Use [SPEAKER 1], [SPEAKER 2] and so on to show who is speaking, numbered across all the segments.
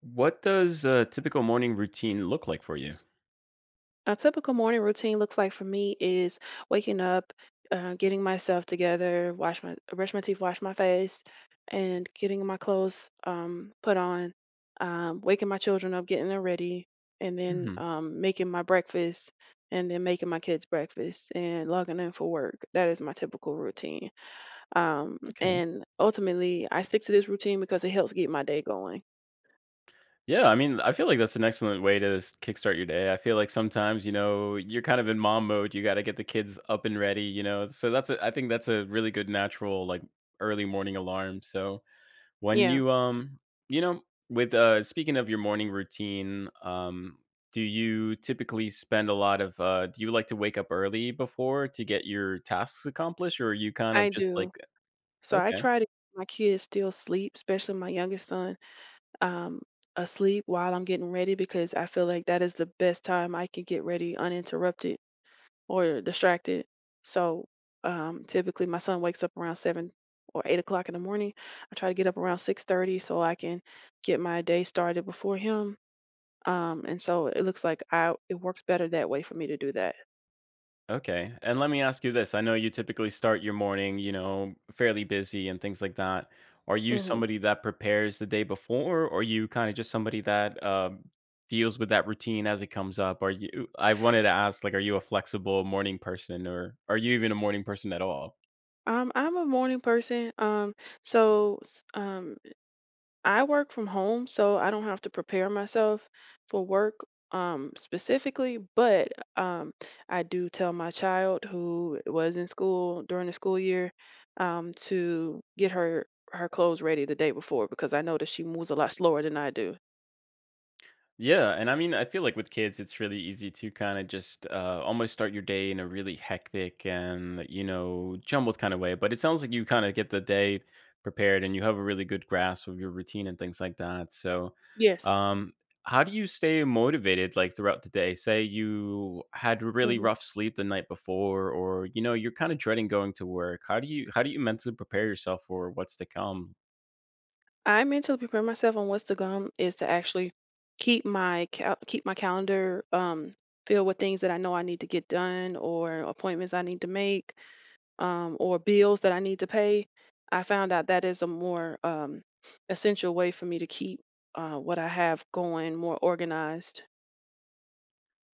[SPEAKER 1] What does a typical morning routine look like for you?
[SPEAKER 2] A typical morning routine looks like for me is waking up, getting myself together, wash my brush my teeth, wash my face, and getting my clothes put on. Waking my children up, getting them ready, and then
[SPEAKER 1] Mhm.
[SPEAKER 2] making my breakfast, and then making my kids breakfast, and logging in for work. That is my typical routine.
[SPEAKER 1] Okay.
[SPEAKER 2] And ultimately, I stick to this routine because it helps get my day going.
[SPEAKER 1] Yeah, I mean, I feel like that's an excellent way to kickstart your day. I feel like sometimes, you're kind of in mom mode. You got to get the kids up and ready. So I think that's a really good natural like early morning alarm. So when
[SPEAKER 2] Yeah,
[SPEAKER 1] you you know, with speaking of your morning routine, do you typically spend a lot of do you like to wake up early before to get your tasks accomplished, or are you kind of
[SPEAKER 2] I
[SPEAKER 1] just
[SPEAKER 2] do.
[SPEAKER 1] like.
[SPEAKER 2] So I
[SPEAKER 1] Okay.
[SPEAKER 2] try to. My kids still sleep, especially my youngest son, um, asleep while I'm getting ready because I feel like that is the best time I can get ready uninterrupted or distracted. So typically, my son wakes up around 7 or 8 o'clock in the morning. I try to get up around 6:30 so I can get my day started before him. And so it looks like I it works better that way for me to do that.
[SPEAKER 1] Okay. And let me ask you this. I know you typically start your morning, fairly busy and things like that. Are you
[SPEAKER 2] Hmm.
[SPEAKER 1] somebody that prepares the day before, or are you kind of just somebody that deals with that routine as it comes up? I wanted to ask, like, are you a flexible morning person, or are you even a morning person at all?
[SPEAKER 2] I'm a morning person. So s- um, I work from home, so I don't have to prepare myself for work specifically, but um, I do tell my child who was in school during the school year, to get her her clothes ready the day before because I know that she moves a lot slower than I do.
[SPEAKER 1] Yeah, and I mean, I feel like with kids, it's really easy to kind of just almost start your day in a really hectic and jumbled kind of way. But it sounds like you kind of get the day prepared and you have a really good grasp of your routine and things like that. So,
[SPEAKER 2] Yes.
[SPEAKER 1] um, how do you stay motivated like throughout the day? Say you had really
[SPEAKER 2] Hmm.
[SPEAKER 1] rough sleep the night before, or you're kind of dreading going to work. How do you mentally prepare yourself for what's to come?
[SPEAKER 2] I mentally prepare myself on what's to come is to actually keep my calendar filled with things that I know I need to get done, or appointments I need to make, or bills that I need to pay. I found out that is a more essential way for me to keep what I have going more organized.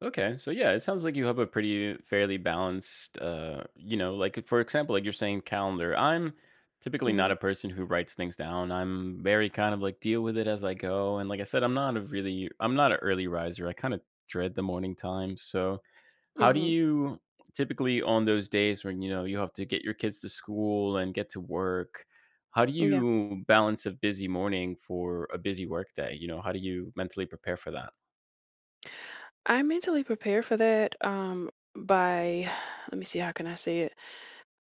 [SPEAKER 1] Okay, so yeah, it sounds like you have a pretty fairly balanced, like for example, like you're saying, calendar. I'm typically
[SPEAKER 2] Hmm.
[SPEAKER 1] not a person who writes things down. I'm very kind of like deal with it as I go. And like I said, I'm not an early riser. I kind of dread the morning time. So how do
[SPEAKER 2] Hmm.
[SPEAKER 1] you typically on those days when you know you have to get your kids to school and get to work? How do
[SPEAKER 2] Yeah,
[SPEAKER 1] you balance a busy morning for a busy work day? You know, how do you mentally prepare for that?
[SPEAKER 2] I mentally prepare for that by, let me see, how can I say it?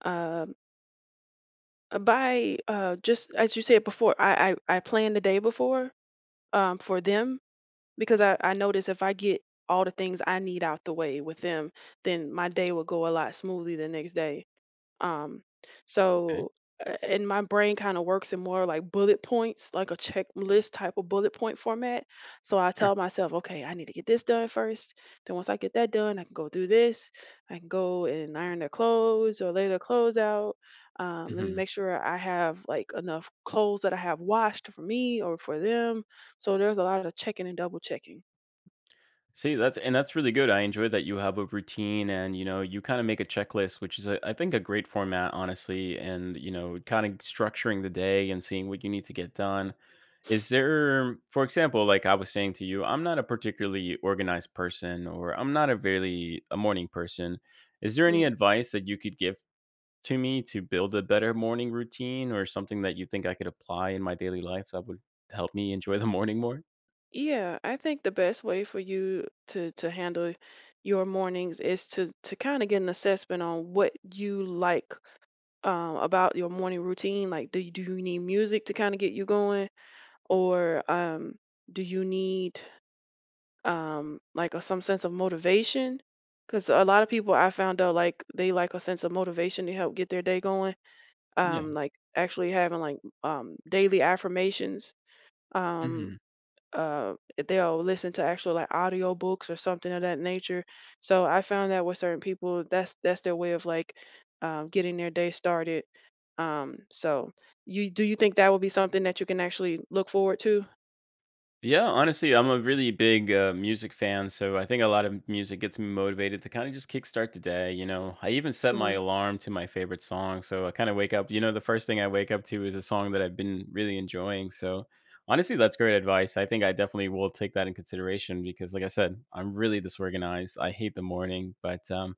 [SPEAKER 2] Um by, just as you said before, I plan the day before, for them, because I notice if I get all the things I need out the way with them, then my day will go a lot smoothly the next day. Um,
[SPEAKER 1] Okay,
[SPEAKER 2] so and my brain kind of works in more like bullet points, like a checklist type of bullet point format. So I
[SPEAKER 1] sure.
[SPEAKER 2] tell myself, okay, I need to get this done first. Then once I get that done, I can go do this. I can go and iron their clothes or lay their clothes out. Let me
[SPEAKER 1] Mhm.
[SPEAKER 2] make sure I have like enough clothes that I have washed for me or for them. So there's a lot of checking and double checking.
[SPEAKER 1] See, that's and that's really good. I enjoy that you have a routine and you kind of make a checklist, which I think a great format honestly, and you know, kind of structuring the day and seeing what you need to get done. Is there, for example, like I was saying to you, I'm not a particularly organized person, or I'm not a really a morning person. Is there any
[SPEAKER 2] Mm-hmm.
[SPEAKER 1] advice that you could give to me to build a better morning routine or something that you think I could apply in my daily life that would help me enjoy the morning more?
[SPEAKER 2] Yeah, I think the best way for you to handle your mornings is to kind of get an assessment on what you like about your morning routine. Like, do you need music to kind of get you going, or do you need, like a, some sense of motivation? Because a lot of people I found out like they like a sense of motivation to help get their day going.
[SPEAKER 1] Yeah.
[SPEAKER 2] Like actually having like daily affirmations. Um,
[SPEAKER 1] Mhm.
[SPEAKER 2] if they'll listen to actual like audio books or something of that nature. So I found that with certain people, that's their way of like getting their day started. So you do you think that would be something that you can actually look forward to?
[SPEAKER 1] Yeah, honestly, I'm a really big music fan, so I think a lot of music gets me motivated to kind of just kickstart the day. I even set my
[SPEAKER 2] Hmm.
[SPEAKER 1] alarm to my favorite song, so I kind of wake up. The first thing I wake up to is a song that I've been really enjoying. So, honestly, that's great advice. I think I definitely will take that in consideration because, like I said, I'm really disorganized. I hate the morning, but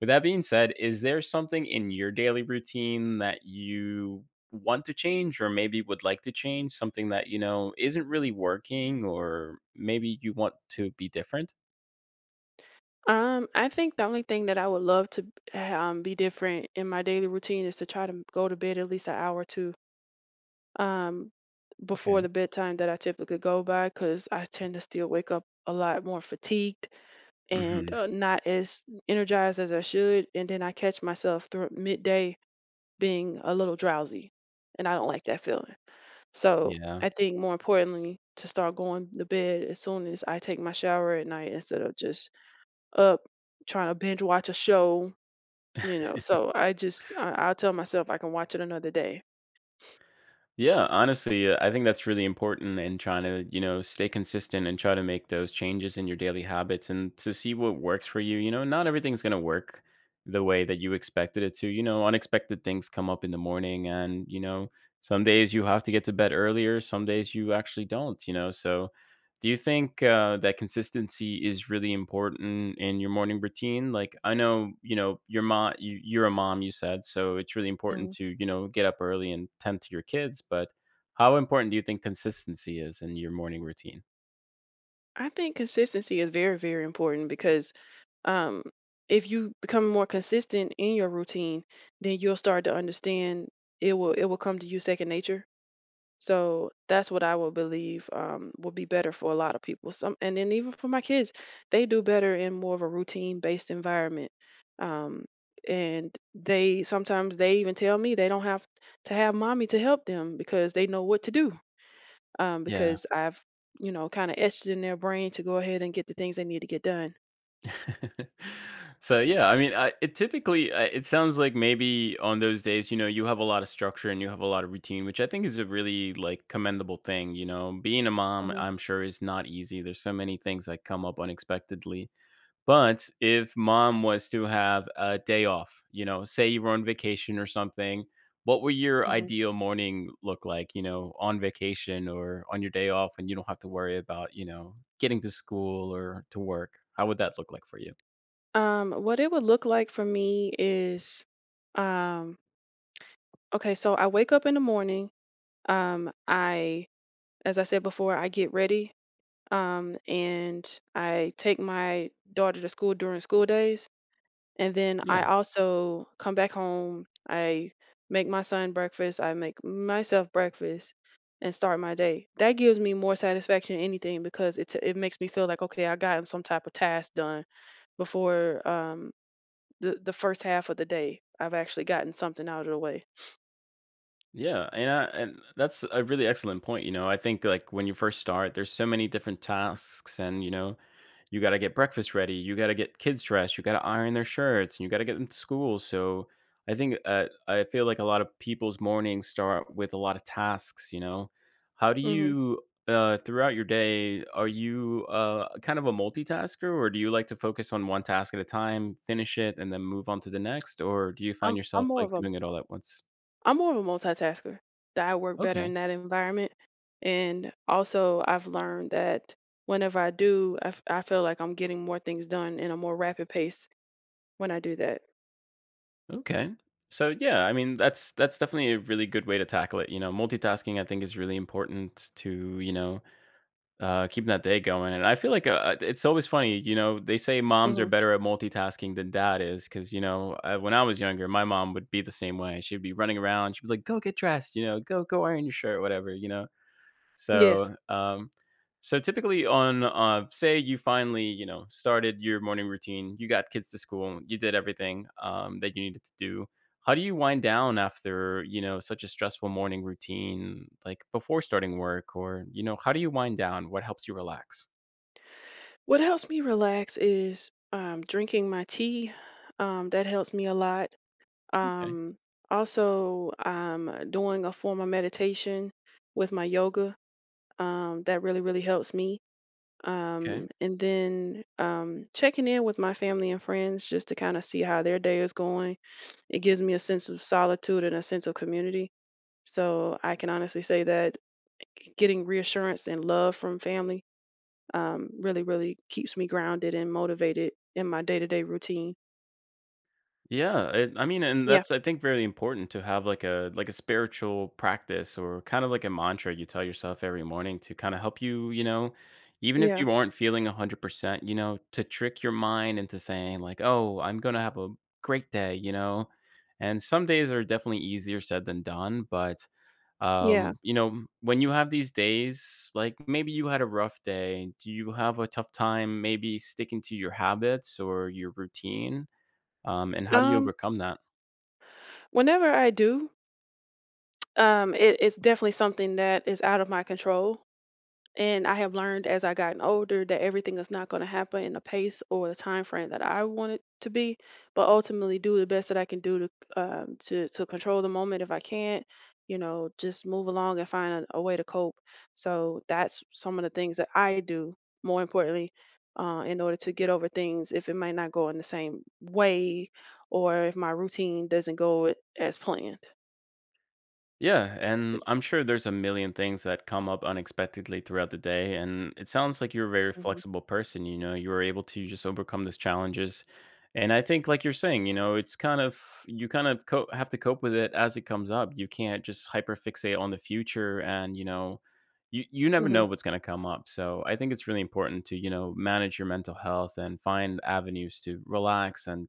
[SPEAKER 1] with that being said, is there something in your daily routine that you want to change or maybe would like to change? Something that isn't really working, or maybe you want to be different?
[SPEAKER 2] I think the only thing that I would love to be different in my daily routine is to try to go to bed at least an hour or two um, before
[SPEAKER 1] Okay.
[SPEAKER 2] the bedtime that I typically go by because I tend to still wake up a lot more fatigued and,
[SPEAKER 1] Hmm.
[SPEAKER 2] not as energized as I should. And then I catch myself through midday being a little drowsy, and I don't like that feeling. So
[SPEAKER 1] Yeah.
[SPEAKER 2] I think more importantly, to start going to bed as soon as I take my shower at night instead of just up trying to binge watch a show, you know. So I just, I'll tell myself I can watch it another day.
[SPEAKER 1] Yeah, honestly, I think that's really important in trying to, you know, stay consistent and try to make those changes in your daily habits and to see what works for you. Not everything's going to work the way that you expected it to. Unexpected things come up in the morning and some days you have to get to bed earlier, some days you actually don't. So do you think that consistency is really important in your morning routine? Like, I know your mom. You're a mom, you said, so it's really important
[SPEAKER 2] Mhm.
[SPEAKER 1] to get up early and tend to your kids. But how important do you think consistency is in your morning routine?
[SPEAKER 2] I think consistency is very, very important because um, if you become more consistent in your routine, then you'll start to understand it will come to you second nature. So that's what I will believe will be better for a lot of people. Some and then even for my kids, they do better in more of a routine based environment. Um, and they sometimes they even tell me they don't have to have mommy to help them because they know what to do,
[SPEAKER 1] Yeah.
[SPEAKER 2] because I've, you know, kind of etched it in their brain to go ahead and get the things they need to get done.
[SPEAKER 1] So yeah, I mean, I, it typically I- it sounds like maybe on those days, you have a lot of structure and you have a lot of routine, which I think is a really like commendable thing. Being a mom,
[SPEAKER 2] Hmm.
[SPEAKER 1] I'm sure, is not easy. There's so many things that come up unexpectedly. But if mom was to have a day off, you know, say you were on vacation or something, what would your
[SPEAKER 2] Hmm.
[SPEAKER 1] ideal morning look like, on vacation or on your day off and you don't have to worry about getting to school or to work? How would that look like for you?
[SPEAKER 2] What it would look like for me is, um, okay, so I wake up in the morning. Um, I, as I said before, I get ready. And I take my daughter to school during school days. And then
[SPEAKER 1] Yeah.
[SPEAKER 2] I also come back home, I make my son breakfast, I make myself breakfast and start my day. That gives me more satisfaction than anything because it makes me feel like okay, I gotten some type of task done before the first half of the day. I've actually gotten something out of the way.
[SPEAKER 1] Yeah. And that's a really excellent point. I think like when you first start, there's so many different tasks and, you know, you gotta get breakfast ready, you gotta get kids dressed, you gotta iron their shirts, and you gotta get them to school, so I think, I feel like a lot of people's mornings start with a lot of tasks, you know? How do
[SPEAKER 2] Mhm.
[SPEAKER 1] you throughout your day, are you, kind of a multitasker, or do you like to focus on one task at a time, finish it, and then move on to the next, or do you find
[SPEAKER 2] I'm I'm
[SPEAKER 1] yourself,
[SPEAKER 2] more of
[SPEAKER 1] like,
[SPEAKER 2] a
[SPEAKER 1] doing it all at once?
[SPEAKER 2] I'm more of a multitasker. That I work better
[SPEAKER 1] Okay,
[SPEAKER 2] in that environment. And also, I've learned that whenever I do, I feel like I'm getting more things done in a more rapid pace when I do that.
[SPEAKER 1] okay. So, yeah, I mean, that's definitely a really good way to tackle it, you know? Multitasking, I think, is really important to, keeping that day going, and I feel like, it's always funny, you know, they say moms are
[SPEAKER 2] Hmm.
[SPEAKER 1] better at multitasking than dad is, because when I was younger, my mom would be the same way. She'd be running around, she'd be like, "Go get dressed," you know, "Go go iron your shirt," whatever, you know?
[SPEAKER 2] Yes.
[SPEAKER 1] So, so typically on, say you finally, you know, started your morning routine, you got kids to school, you did everything that you needed to do. How do you wind down after such a stressful morning routine, like before starting work, or how do you wind down? What helps you relax?
[SPEAKER 2] What helps me relax is drinking my tea. That helps me a lot. Um, Also, I'm doing a form of meditation with my yoga. That really, really helps me.
[SPEAKER 1] Okay.
[SPEAKER 2] And then checking in with my family and friends just to kind of see how their day is going. It gives me a sense of solitude and a sense of community. So I can honestly say that getting reassurance and love from family really, really keeps me grounded and motivated in my day to day routine.
[SPEAKER 1] Yeah, I mean, and
[SPEAKER 2] Yeah,
[SPEAKER 1] that's, I think, very important to have like a spiritual practice or kind of like a mantra you tell yourself every morning to kind of help you, even if
[SPEAKER 2] yeah,
[SPEAKER 1] you aren't feeling 100%, you know, to trick your mind into saying like, "Oh, I'm going to have a great day." And some days are definitely easier said than done, but
[SPEAKER 2] yeah.
[SPEAKER 1] when you have these days, like maybe you had a rough day, do you have a tough time maybe sticking to your habits or your routine? And how do you
[SPEAKER 2] Um,
[SPEAKER 1] overcome that?
[SPEAKER 2] Whenever I do, it, it's definitely something that is out of my control. And I have learned as I gotten older that everything is not going to happen in the pace or the time frame that I want it to be, but ultimately do the best that I can do to, to control the moment. If I can't, you know, just move along and find a way to cope. So that's some of the things that I do. More importantly, in order to get over things, if it might not go in the same way, or if my routine doesn't go as planned.
[SPEAKER 1] Yeah, and
[SPEAKER 2] It's.
[SPEAKER 1] I'm sure there's a million things that come up unexpectedly throughout the day. And it sounds like you're a very
[SPEAKER 2] Mhm,
[SPEAKER 1] flexible person. You know, you were able to just overcome those challenges. And I think, like you're saying, it's kind of you kind of co- have to cope with it as it comes up. You can't just hyperfixate on the future, and you never
[SPEAKER 2] mhm,
[SPEAKER 1] know what's going to come up. So I think it's really important to manage your mental health and find avenues to relax and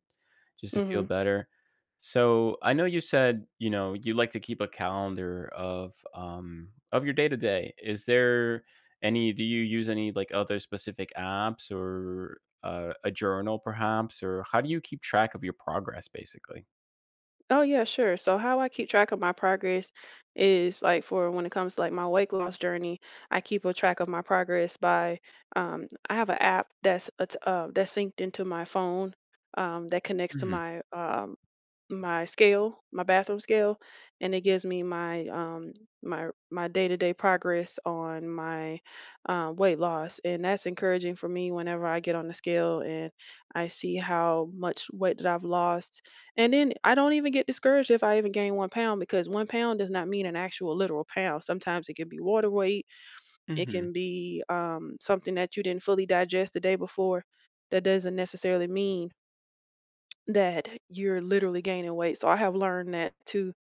[SPEAKER 1] just to feel
[SPEAKER 2] mhm.
[SPEAKER 1] better. So I know you said you like to keep a calendar of your day to day. Is there any do you use any like other specific apps or a journal perhaps, or how do you keep track of your progress basically?
[SPEAKER 2] Oh, yeah, sure. So how I keep track of my progress is like for when it comes to like my weight loss journey, I keep a track of my progress by, I have an app that's synced into my phone, that connects to
[SPEAKER 1] Mhm.
[SPEAKER 2] my, my scale, my bathroom scale, and it gives me my my day-to-day progress on my weight loss, and that's encouraging for me whenever I get on the scale and I see how much weight that I've lost. And then I don't even get discouraged if I even gain 1 pound because 1 pound does not mean an actual literal pound. Sometimes it can be water weight, it
[SPEAKER 1] Mhm.
[SPEAKER 2] can be something that you didn't fully digest the day before. That doesn't necessarily mean that you're literally gaining weight. So I have learned that too,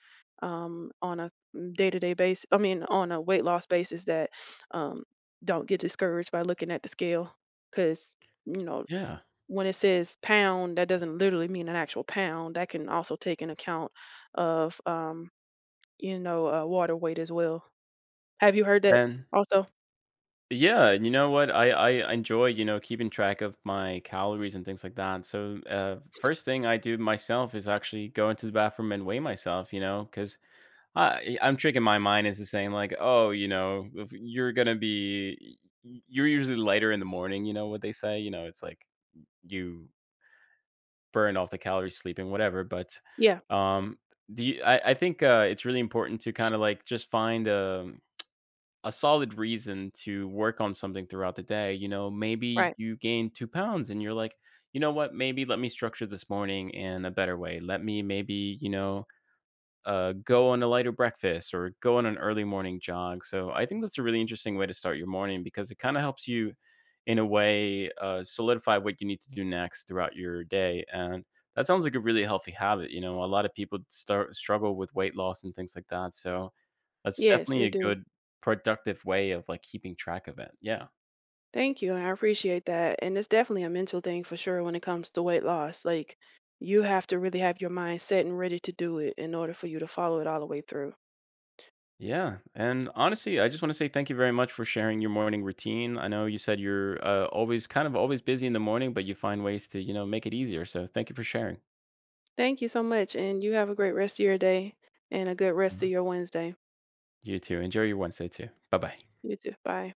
[SPEAKER 2] on a day-to-day basis. I mean, on a weight loss basis, that, um, don't get discouraged by looking at the scale because, you know,
[SPEAKER 1] Yeah.
[SPEAKER 2] when it says pound, that doesn't literally mean an actual pound. That can also take an account of, you know, water weight as well. Have you heard that
[SPEAKER 1] And
[SPEAKER 2] also?
[SPEAKER 1] yeah, you know what? I enjoy, you know, keeping track of my calories and things like that. So, first thing I do myself is actually go into the bathroom and weigh myself, you know, cuz I'm tricking my mind into saying like, "Oh, if you're gonna be you're usually lighter in the morning," you know what they say? It's like you burn off the calories sleeping, whatever. But
[SPEAKER 2] Yeah,
[SPEAKER 1] um, do you, I think it's really important to kind of like just find a solid reason to work on something throughout the day. Maybe
[SPEAKER 2] right.
[SPEAKER 1] you gain 2 pounds and you're like, you know what? Maybe let me structure this morning in a better way. Let me maybe go on a lighter breakfast or go on an early morning jog. So I think that's a really interesting way to start your morning because it kind of helps you, in a way, solidify what you need to do next throughout your day. And that sounds like a really healthy habit. You know, a lot of people start struggle with weight loss and things like that. So that's
[SPEAKER 2] Yes,
[SPEAKER 1] definitely
[SPEAKER 2] they
[SPEAKER 1] a
[SPEAKER 2] do.
[SPEAKER 1] good productive way of like keeping track of it. Yeah.
[SPEAKER 2] Thank you. I appreciate that. And it's definitely a mental thing for sure when it comes to weight loss. Like, you have to really have your mind set and ready to do it in order for you to follow it all the way through.
[SPEAKER 1] Yeah. And honestly, I just want to say thank you very much for sharing your morning routine. I know you said you're always kind of always busy in the morning, but you find ways to make it easier. So thank you for sharing.
[SPEAKER 2] Thank you so much. And you have a great rest of your day and a good rest of
[SPEAKER 1] Mhm.
[SPEAKER 2] your Wednesday.
[SPEAKER 1] You too. Enjoy your Wednesday too. Bye bye.
[SPEAKER 2] You too. Bye.